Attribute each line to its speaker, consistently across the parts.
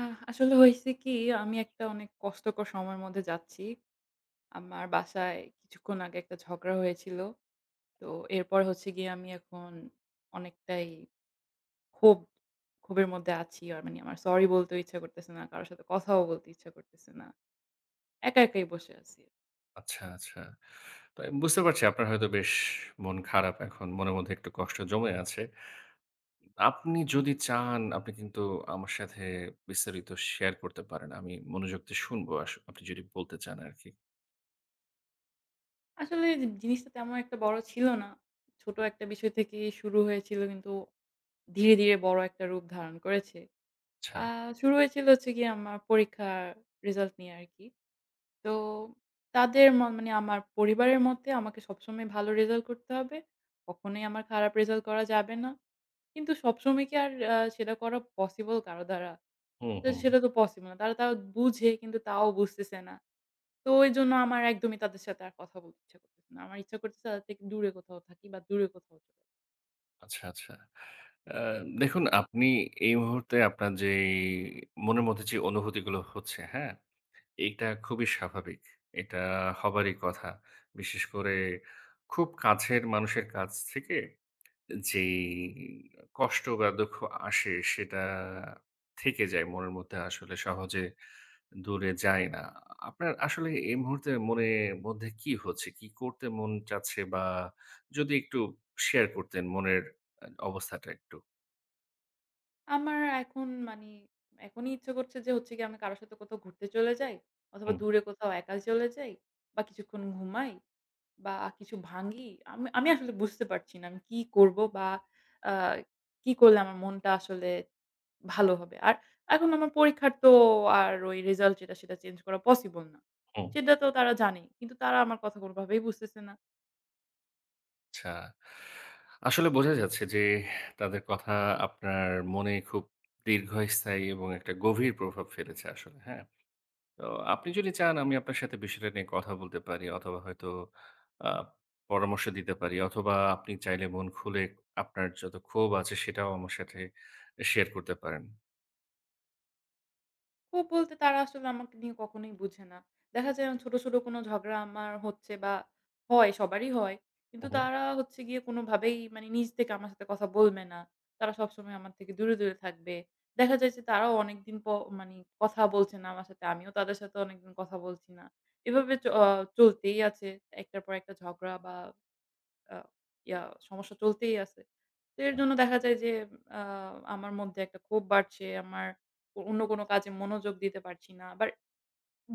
Speaker 1: আসলে হইছে কি, আমি একটা অনেক কষ্টকর সময়ের মধ্যে যাচ্ছি। আমার বাসায় কিছুক্ষণ আগে একটা ঝগড়া হয়েছিল। তো এরপর হচ্ছে গিয়ে আমি এখন অনেকটাই ক্ষোভ ক্ষোভের মধ্যে আছি। আর মানে আমার সরি বলতেও ইচ্ছা করতেছে না। কারো সাথে কথাও বলতে ইচ্ছা করতেছে না। একা, একাই বসে আছি।
Speaker 2: আচ্ছা, আচ্ছা। তো আমি বুঝতে পারছি আপনার হয়তো বেশ মন খারাপ এখন। মনের মধ্যে একটু কষ্ট জমে আছে। আপনি যদি চান আপনি কিন্তু আমার সাথে বিস্তারিত শেয়ার করতে পারেন। আমি মনোযোগ দিয়ে শুনবো আপনি যদি বলতে চান আরকি।
Speaker 1: আসলে জিনিসটা তেমন একটা বড় ছিল না। ছোট একটা বিষয় থেকেই শুরু হয়েছিল কিন্তু ধীরে, ধীরে বড় একটা রূপ ধারণ করেছে।
Speaker 2: আচ্ছা।
Speaker 1: আ শুরু হয়েছিল হচ্ছে গিয়ে আমার পরীক্ষার রেজাল্ট নিয়ে আরকি। তো তাদের মানে আমার পরিবারের মতে আমাকে সবসময় ভালো রেজাল্ট করতে হবে। কখনোই আমার খারাপ রেজাল্ট করা যাবে না। কিন্তু সবসময় কি আর সেটা করা পসিবল কারো দ্বারা?
Speaker 2: হুম,
Speaker 1: তো
Speaker 2: হুম।
Speaker 1: সেটা তো পসিবল না। তারা তাও বুঝে কিন্তু তাও বুঝতেছে না। তো ওইজন্য আমার একদমই তাদের সাথে আর কথা বলতে ইচ্ছা করতেছে না। আমার ইচ্ছা করতেছে তাদের থেকে দূরে কোথাও থাকি বা দূরে কোথাও চলে যাই।
Speaker 2: আচ্ছা, আচ্ছা। আ দেখুন আপনি এই মুহূর্তে আপনার যেই মনের মধ্যে যে অনুভূতিগুলো হচ্ছে, হ্যাঁ? এইটা খুবই স্বাভাবিক। এটা হবারই কথা। বিশেষ করে খুব কাছের মানুষের কাছ থেকে যেই কষ্ট বা দুঃখ আসে সেটা থেকে যায় মনের মধ্যে আসলে সহজে দূরে যায় না। আপনার আসলে এই মুহূর্তে মনের মধ্যে কি হচ্ছে? কি করতে মন চাচ্ছে? বা যদি একটু শেয়ার করতেন মনের অবস্থাটা একটু।
Speaker 1: আমার এখন মানে এখনই ইচ্ছা করছে যে হচ্ছে গিয়ে আমি কারো সাথে কোথাও ঘুরতে চলে যাই অথবা
Speaker 2: হুম,
Speaker 1: দূরে কোথাও একা চলে যাই বা কিছুক্ষণ ঘুমাই। বা কিছু ভাঙ্গি, আমি আমি আসলে বুঝতে পারছি না আমি কি করব বা আ কি করলে আমার মনটা আসলে ভালো হবে। আর এখন আমার পরীক্ষার তো আর ওই রেজাল্ট যেটা সেটা চেঞ্জ করা পসিবল না।
Speaker 2: হুম,
Speaker 1: সেটা তো তারা জানেই। কিন্তু তারা আমার কথা কোনভাবেই বুঝতেছে না।
Speaker 2: আচ্ছা। আসলে বোঝা যাচ্ছে যে তাদের কথা আপনার মনে খুব দীর্ঘস্থায়ী এবং একটা গভীর প্রভাব ফেলেছে আসলে, হ্যাঁ? তো আপনি যদি চান আমি আপনার সাথে বিষয়টা নিয়ে কথা বলতে পারি অথবা হয়তো আ পরামর্শ দিতে পারি অথবা আপনি চাইলে মন খুলে আপনার যত ক্ষোভ আছে সেটাও আমার সাথে শেয়ার করতে পারেন।
Speaker 1: খুব বলতে তারা আসলে আমাকে নিয়ে কখনোই বুঝে না। দেখা যায় ছোট, ছোট কোনো ঝগড়া আমার হচ্ছে বা হয় সবারই হয়।
Speaker 2: হু,
Speaker 1: কিন্তু
Speaker 2: হু।
Speaker 1: তারা হচ্ছে গিয়ে কোনোভাবেই মানে নিজ থেকে আমার সাথে কথা বলবে না। তারা সবসময় আমার থেকে দূরে, দূরে থাকবে। দেখা যায় যে তারাও অনেকদিন মানে কথা বলছে না আমার সাথে। আমিও তাদের সাথে অনেকদিন কথা বলছি না। এভাবে চ আ চলতেই আছে একটার পর একটা ঝগড়া বা আ ইয়া সমস্যা চলতেই আছে। তো এর জন্য দেখা যায় যে আ আমার মধ্যে একটা ক্ষোভ বাড়ছে। আমার অন্য কোনো কাজে মনোযোগ দিতে পারছি না। আবার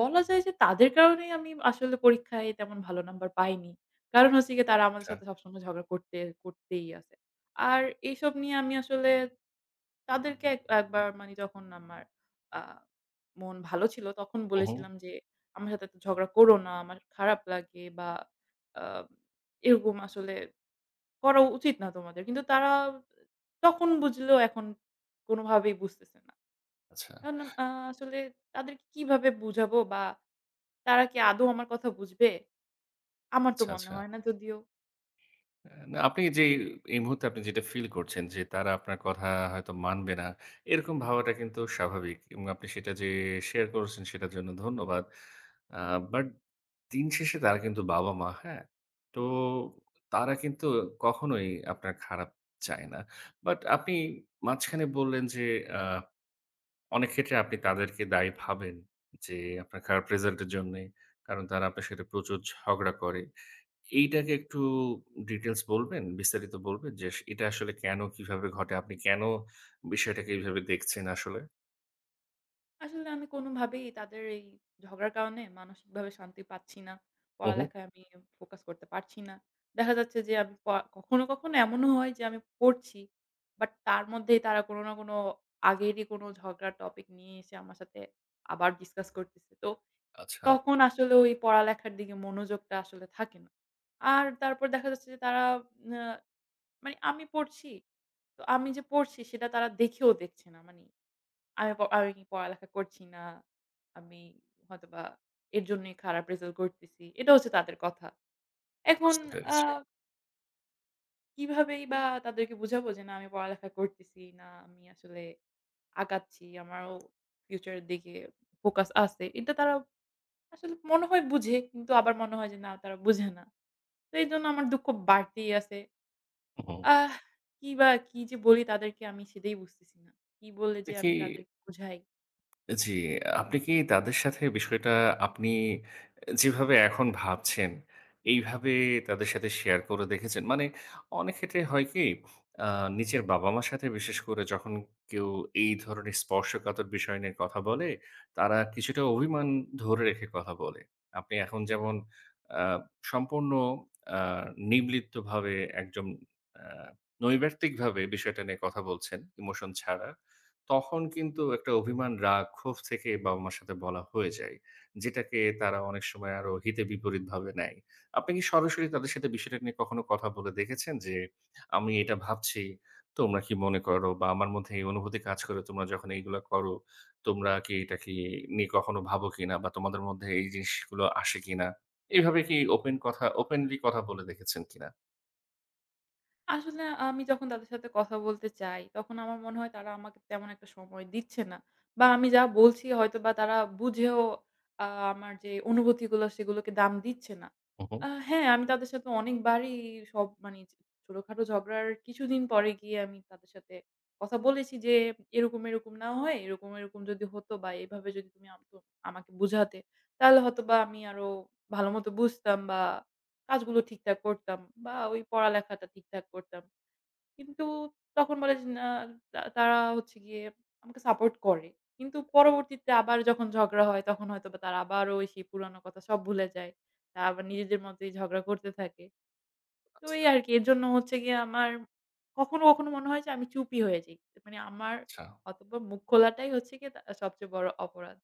Speaker 1: বলা যায় যে তাদের কারণেই আমি আসলে পরীক্ষায় তেমন ভালো নাম্বার পাইনি। কারণ হচ্ছে গিয়ে তারা আমাদের
Speaker 2: আচ্ছা।
Speaker 1: সাথে সবসময় ঝগড়া করতে করতেই আছে। আর এইসব নিয়ে আমি আসলে তাদেরকে এক একবার মানে যখন আমার আ মন ভালো ছিল তখন
Speaker 2: হু, হু।
Speaker 1: বলেছিলাম যে, "আমার সাথে এত ঝগড়া করো না। আমার খারাপ লাগে" বা আ এরকম আসলে করা উচিত না তোমাদের। কিন্তু তারা তখন বুঝলেও এখন কোনোভাবেই বুঝতেছে না।
Speaker 2: আচ্ছা,
Speaker 1: এখন আ আসলে তাদেরকে কিভাবে বুঝাবো বা তারা কি আদৌ আমার কথা বুঝবে? আমার তো
Speaker 2: আচ্ছা,
Speaker 1: মনে
Speaker 2: আচ্ছা।
Speaker 1: হয় না যদিও।
Speaker 2: না আপনি যেই এই মুহূর্তে আপনি যেটা ফিল করছেন যে তারা আপনার কথা হয়তো মানবে না, এরকম ভাবাটা কিন্তু স্বাভাবিক এবং আপনি সেটা যে শেয়ার করেছেন সেটার জন্য ধন্যবাদ। আ বাট দিন শেষে তারা কিন্তু বাবা-মা, হ্যাঁ? তো তারা কিন্তু কখনোই আপনার খারাপ চায় না। বাট আপনি মাঝখানে বললেন যে আ অনেক ক্ষেত্রে আপনি তাদেরকে দায়ী ভাবেন যে আপনার খারাপ রেজাল্টের জন্যে। কারণ তারা আপনার সাথে প্রচুর ঝগড়া করে। এইটাকে একটু ডিটেইলস বলবেন? বিস্তারিত বলবেন যে, এটা আসলে কেন, কিভাবে ঘটে? আপনি কেন বিষয়টাকে এইভাবে দেখছেন আসলে?
Speaker 1: আসলে আমি কোনোভাবেই তাদের এই ঝগড়ার কারণে মানসিকভাবে শান্তি পাচ্ছি না।
Speaker 2: হু, হু।
Speaker 1: পড়ালেখায় আমি ফোকাস করতে পারছি না। দেখা যাচ্ছে যে আমি প কখনো, কখনো এমনও হয় যে আমি পড়ছি। বাট তার মধ্যেই তারা কোনো না কোনো আগেরই কোনো ঝগড়ার টপিক নিয়ে এসে আমার সাথে আবার ডিসকাস করতেছে। তো
Speaker 2: আচ্ছা,
Speaker 1: তখন আসলে ওই পড়ালেখার দিকে মনোযোগটা আসলে থাকে না। আর তারপর দেখা যাচ্ছে যে তারা আ মানে আমি পড়ছি। তো আমি যে পড়ছি সেটা তারা দেখেও দেখছে না। মানে আমি কি পড়ালেখা করছি না। আমি হয়তোবা এর জন্যই খারাপ রেজাল্ট করতেছি। এটা হচ্ছে তাদের কথা। এখন
Speaker 2: বুঝতে
Speaker 1: আ
Speaker 2: পেরেছি।
Speaker 1: কিভাবেই বা তাদেরকে বুঝাবো যে না আমি পড়ালেখা করতেছি না আমি আসলে আগাচ্ছি। আমারও ফিউচার এর দিকে ফোকাস আছে। এটা তারা আসলে মনে হয় বুঝে, কিন্তু আবার মনে হয় যে না তারা বুঝে না। তো এইজন্য আমার দুঃখ বাড়তেই আছে।
Speaker 2: হু, হু।
Speaker 1: আহ! কি বা কি যে বলি তাদেরকে আমি সেটাই বুঝতেছি না। কি বললে যে
Speaker 2: দেখি
Speaker 1: আমি তাদেরকে বুঝাই?
Speaker 2: জি, আপনি কি তাদের সাথে বিষয়টা আপনি যেভাবে এখন ভাবছেন, এইভাবে তাদের সাথে শেয়ার করে দেখেছেন? মানে অনেক ক্ষেত্রে হয় কি, আ নিজের বাবা-মার সাথে বিশেষ করে যখন কেউ এই ধরনের স্পর্শকাতর বিষয় নিয়ে কথা বলে, তারা কিছুটা অভিমান ধরে রেখে কথা বলে। আপনি এখন যেমন আ সম্পূর্ণ আ নির্লিপ্তভাবে একজন আ নৈর্ব্যক্তিকভাবে বিষয়টা নিয়ে কথা বলছেন, ইমোশন ছাড়া। তখন কিন্তু একটা অভিমান, রাগ, ক্ষোভ থেকে বাবা-মার সাথে বলা হয়ে যায়। যেটাকে তারা অনেক সময় আরো হিতে বিপরীতভাবে নেয়। আপনি কি সরাসরি তাদের সাথে বিষয়টা নিয়ে কখনো কথা বলে দেখেছেন যে, "আমি এটা ভাবছি, তোমরা কি মনে করো? বা আমার মধ্যে এই অনুভূতি কাজ করে তোমরা যখন এইগুলা করো, তোমরা কি এটা কি নিয়ে কখনো ভাবো কিনা? বা তোমাদের মধ্যে এই জিনিসগুলো আসে কিনা?" এভাবে কি ওপেনলি কথা বলে দেখেছেন কিনা?
Speaker 1: আসলে আমি যখন তাদের সাথে কথা বলতে চাই, তখন আমার মনে হয় তারা আমাকে তেমন একটা সময় দিচ্ছে না। বা আমি যা বলছি হয়তোবা তারা বুঝেও আ আমার যে অনুভূতিগুলো সেগুলোকে দাম দিচ্ছে না।
Speaker 2: হু, হু।
Speaker 1: হ্যাঁ, আমি তাদের সাথে অনেকবারই সব মানে ছোটখাটো ঝগড়ার কিছুদিন পরে গিয়ে আমি তাদের সাথে কথা বলেছি যে, "এরকম, এরকম না হয় এরকম, এরকম যদি হতো বা এভাবে যদি তুমি আমাকে বুঝাতে তাহলে হয়তোবা আমি আরো ভালোমতো বুঝতাম বা" কাজগুলো ঠিকঠাক করতাম বা ওই পড়ালেখাটা ঠিকঠাক করতাম। কিন্তু তখন বলে যে, না তারা হচ্ছে গিয়ে আমাকে সাপোর্ট করে। কিন্তু পরবর্তীতে আবার যখন ঝগড়া হয় তখন হয়তোবা তারা আবারও ওই সেই পুরানো কথা সব ভুলে যায়। তারা আবার নিজেদের মধ্যেই ঝগড়া করতে থাকে। তো
Speaker 2: আচ্ছা,
Speaker 1: এই আরকি। এর জন্য হচ্ছে গিয়ে আমার কখনো, কখনো মনে হয় যে আমি চুপই হয়ে যাই। মানে আমার
Speaker 2: আচ্ছা।
Speaker 1: হয়তোবা মুখ খোলাটাই হচ্ছে গিয়ে সবচেয়ে বড় অপরাধ।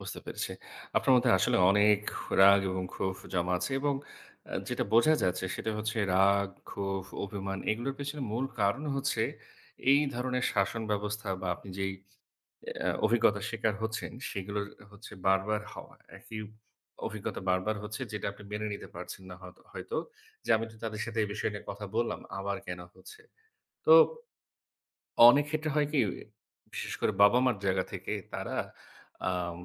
Speaker 2: বুঝতে পেরেছি। আপনার মধ্যে আসলে অনেক রাগ এবং ক্ষোভ জমা আছে এবং যেটা বোঝা যাচ্ছে সেটা হচ্ছে রাগ, ক্ষোভ, অভিমান এগুলোর পেছনে মূল কারণ হচ্ছে এই ধরনের শাসন ব্যবস্থা বা আপনি যেই অভিজ্ঞতার শিকার হচ্ছেন সেগুলোর হচ্ছে বারবার হওয়া। একই অভিজ্ঞতা বারবার হচ্ছে যেটা আপনি মেনে নিতে পারছেন না হয়তো হয়তো যে আমি তো তাদের সাথে এই বিষয় নিয়ে কথা বললাম, আবার কেন হচ্ছে? তো অনেক ক্ষেত্রে হয় কি? বিশেষ করে বাবা-মার জায়গা থেকে তারা আম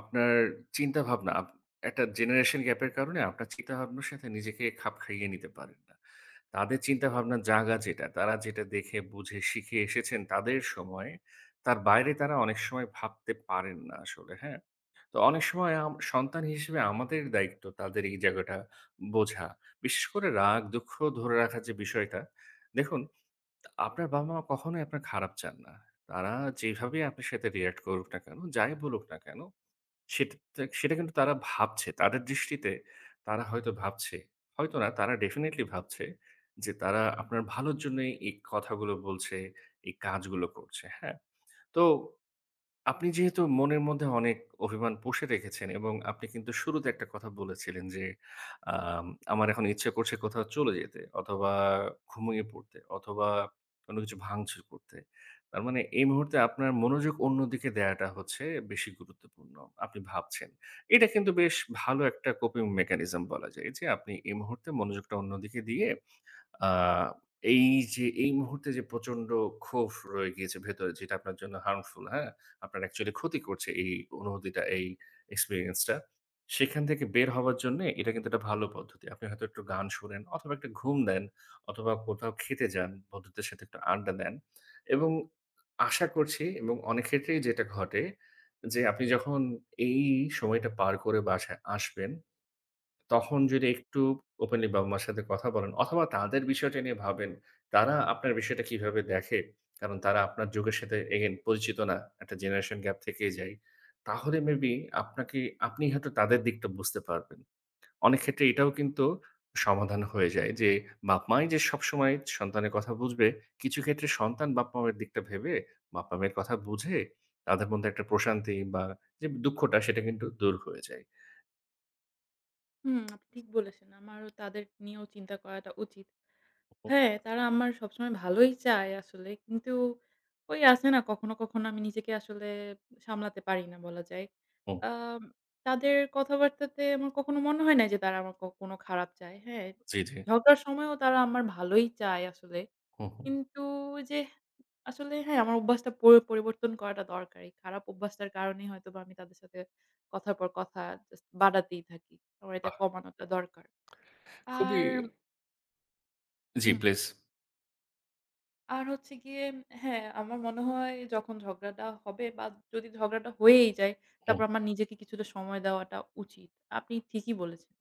Speaker 2: আপনার চিন্তাভাবনা আপ একটা জেনারেশন গ্যাপের কারণে আপনার চিন্তাভাবনার সাথে নিজেকে খাপ খাইয়ে নিতে পারেন না। তাদের চিন্তাভাবনার জায়গা যেটা, তারা যেটা দেখে, বুঝে, শিখে এসেছেন তাদের সময়ে, তার বাইরে তারা অনেক সময় ভাবতে পারেন না আসলে, হ্যাঁ? তো অনেক সময় সন্তান হিসেবে আমাদের দায়িত্ব তাদের এই জায়গাটা বোঝা। বিশেষ করে রাগ, দুঃখ ধরে রাখার যে বিষয়টা, দেখুন আপনার বাবা-মা কখনোই আপনার খারাপ চান না। তারা যেভাবেই আপনার সাথে react করুক না কেন, যাই বলুক না কেন, সেটা কিন্তু তারা ভাবছে। তাদের দৃষ্টিতে তারা হয়তো ভাবছে, হয়তো না, তারা definitely ভাবছে যে তারা আপনার ভালোর জন্যই এই কথাগুলো বলছে, এই কাজগুলো করছে, হ্যাঁ? তো আপনি যেহেতু মনের মধ্যে অনেক অভিমান পুষে রেখেছেন এবং আপনি কিন্তু শুরুতে একটা কথা বলেছিলেন যে, আম আমার এখন ইচ্ছে করছে কোথাও চলে যেতে অথবা ঘুমিয়ে পড়তে অথবা কোনো কিছু ভাঙচুর করতে। তার মানে এই মুহূর্তে আপনার মনোযোগ অন্যদিকে দেয়াটা হচ্ছে বেশি গুরুত্বপূর্ণ। আপনি ভাবছেন। এটা কিন্তু বেশ ভালো একটা কোপিং মেকানিজম বলা যায় যে, আপনি এই মুহূর্তে মনোযোগটা অন্যদিকে দিয়ে আ এই যে এই মুহূর্তে যে প্রচন্ড ক্ষোভ রয়ে গিয়েছে ভেতরে যেটা আপনার জন্য harmful, হ্যাঁ? আপনার অ্যাকচুয়ালি ক্ষতি করছে এই অনুভূতিটা, এই এক্সপেরিয়েন্স টা। সেখান থেকে বের হওয়ার জন্যে এটা কিন্তু একটা ভালো পদ্ধতি। আপনি হয়তো একটু গান শোনেন অথবা একটা ঘুম নেন অথবা কোথাও খেতে যান, বন্ধুদের সাথে একটু আড্ডা দেন এবং আশা করছি এবং অনেক ক্ষেত্রেই যেটা ঘটে যে আপনি যখন এই সময়টা পার করে বাসায় আসবেন তখন যদি একটু ওপেনলি বাবা-মার সাথে কথা বলেন অথবা তাদের বিষয়টা নিয়ে ভাবেন। তারা আপনার বিষয়টা কিভাবে দেখে? কারণ তারা আপনার যুগের সাথে এগেইন পরিচিত না। একটা জেনারেশন গ্যাপ থেকেই যায়। তাহলে মেবি আপনাকে আপনি হয়তো তাদের দিকটা বুঝতে পারবেন। অনেক ক্ষেত্রে এটাও কিন্তু সমাধান হয়ে যায় যে, বাপ-মাই যে সবসময় সন্তানের কথা বুঝবে, কিছু ক্ষেত্রে সন্তান বাপ-মায়ের দিকটা ভেবে, বাপ-মায়ের কথা বুঝে তাদের মধ্যে একটা প্রশান্তি বা যে দুঃখটা সেটা কিন্তু দূর হয়ে যায়।
Speaker 1: হুম, আপনি ঠিক বলেছেন। আমারও তাদের নিয়েও চিন্তা করাটা উচিত।
Speaker 2: হু,
Speaker 1: হ্যাঁ, তারা আমার সবসময় ভালোই চায় আসলে। কিন্তু ওই আছে না কখনো, কখনো আমি নিজেকে আসলে সামলাতে পারি না বলা যায়।
Speaker 2: হু,
Speaker 1: আম তাদের কথাবার্তাতে আমার কখনো মনে হয় না যে তারা আমার কোনো খারাপ চায়। হ্যাঁ,
Speaker 2: জি, জি।
Speaker 1: ঝগড়ার সময়ও তারা আমার ভালোই চায় আসলে।
Speaker 2: হু, হু।
Speaker 1: কিন্তু ওই যে আসলে হ্যাঁ, আমার অভ্যাসটা পরিবর্তন করাটা দরকার। এই খারাপ অভ্যাসটার কারণেই হয়তোবা আমি তাদের সাথে কথার পর কথা জাস্ট বাড়াতেই থাকি। আমার এটা
Speaker 2: বাহ!
Speaker 1: কমানোটা দরকার।
Speaker 2: খুবই
Speaker 1: আর
Speaker 2: জি,
Speaker 1: উম
Speaker 2: প্লিজ।
Speaker 1: আর হচ্ছে গিয়ে হ্যাঁ, আমার মনে হয় যখন ঝগড়াটা হবে বা যদি ঝগড়াটা হয়েই যায়,
Speaker 2: হুম।
Speaker 1: তারপর আমার নিজেকে কিছুটা সময় দেওয়াটা উচিত। আপনি ঠিকই বলেছেন।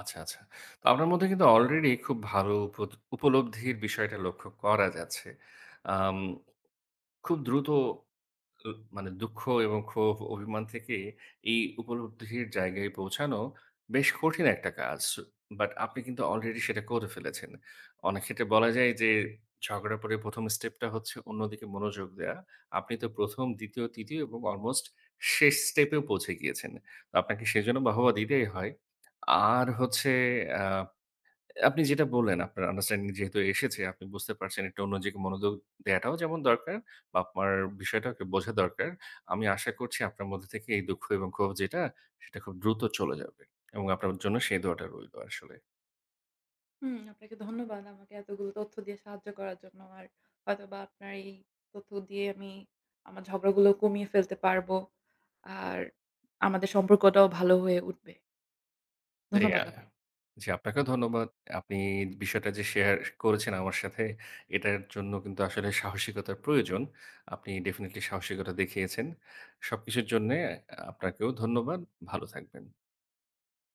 Speaker 2: আচ্ছা, আচ্ছা। তো আপনার মধ্যে কিন্তু অলরেডি খুব ভালো উপলব্ধির বিষয়টা লক্ষ্য করা যাচ্ছে। আম খুব দ্রুত উ মানে দুঃখ এবং ক্ষোভ, অভিমান থেকে এই উপলব্ধির জায়গায় পৌঁছানো বেশ কঠিন একটা কাজ। বাট আপনি কিন্তু অলরেডি সেটা করে ফেলেছেন। অনেক ক্ষেত্রে বলা যায় যে ঝগড়ার পরে ১ম স্টেপটা হচ্ছে অন্যদিকে মনোযোগ দেয়া। আপনি তো ১ম, ২য়, ৩য় এবং অলমোস্ট শেষ স্টেপেও পৌঁছে গিয়েছেন। তো আপনাকে সেজন্য বাহবা দিতেই হয়। আর হচ্ছে আ আপনি যেটা বললেন, আপনার আন্ডারস্ট্যান্ডিং যেহেতু এসেছে, আপনি বুঝতে পারছেন একটু অন্যদিকে মনোযোগ দেয়াটাও যেমন দরকার, বাপ-মার বিষয়টাকে বোঝা দরকার। আমি আশা করছি আপনার মধ্যে থেকে এই দুঃখ এবং ক্ষোভ যেটা, সেটা খুব দ্রুত চলে যাবে এবং আপনার জন্য সেই দোয়াটা রইলো আসলে।
Speaker 1: হুম, আপনাকে ধন্যবাদ আমাকে এতগুলো তথ্য দিয়ে সাহায্য করার জন্য। আর হয়তোবা আপনার এই তথ্য দিয়ে আমি আমার ঝগড়াগুলো কমিয়ে ফেলতে পারবো। আর আমাদের সম্পর্কটাও ভালো হয়ে উঠবে।
Speaker 2: জি, আ
Speaker 1: ধন্যবাদ আপনাকে।
Speaker 2: জি, আপনাকেও ধন্যবাদ। আপনি বিষয়টা যে শেয়ার করেছেন আমার সাথে, এটার জন্য কিন্তু আসলে সাহসিকতার প্রয়োজন। আপনি ডেফিনিটলি সাহসিকতা দেখিয়েছেন। সবকিছুর জন্যে আপনাকেও ধন্যবাদ। ভালো থাকবেন।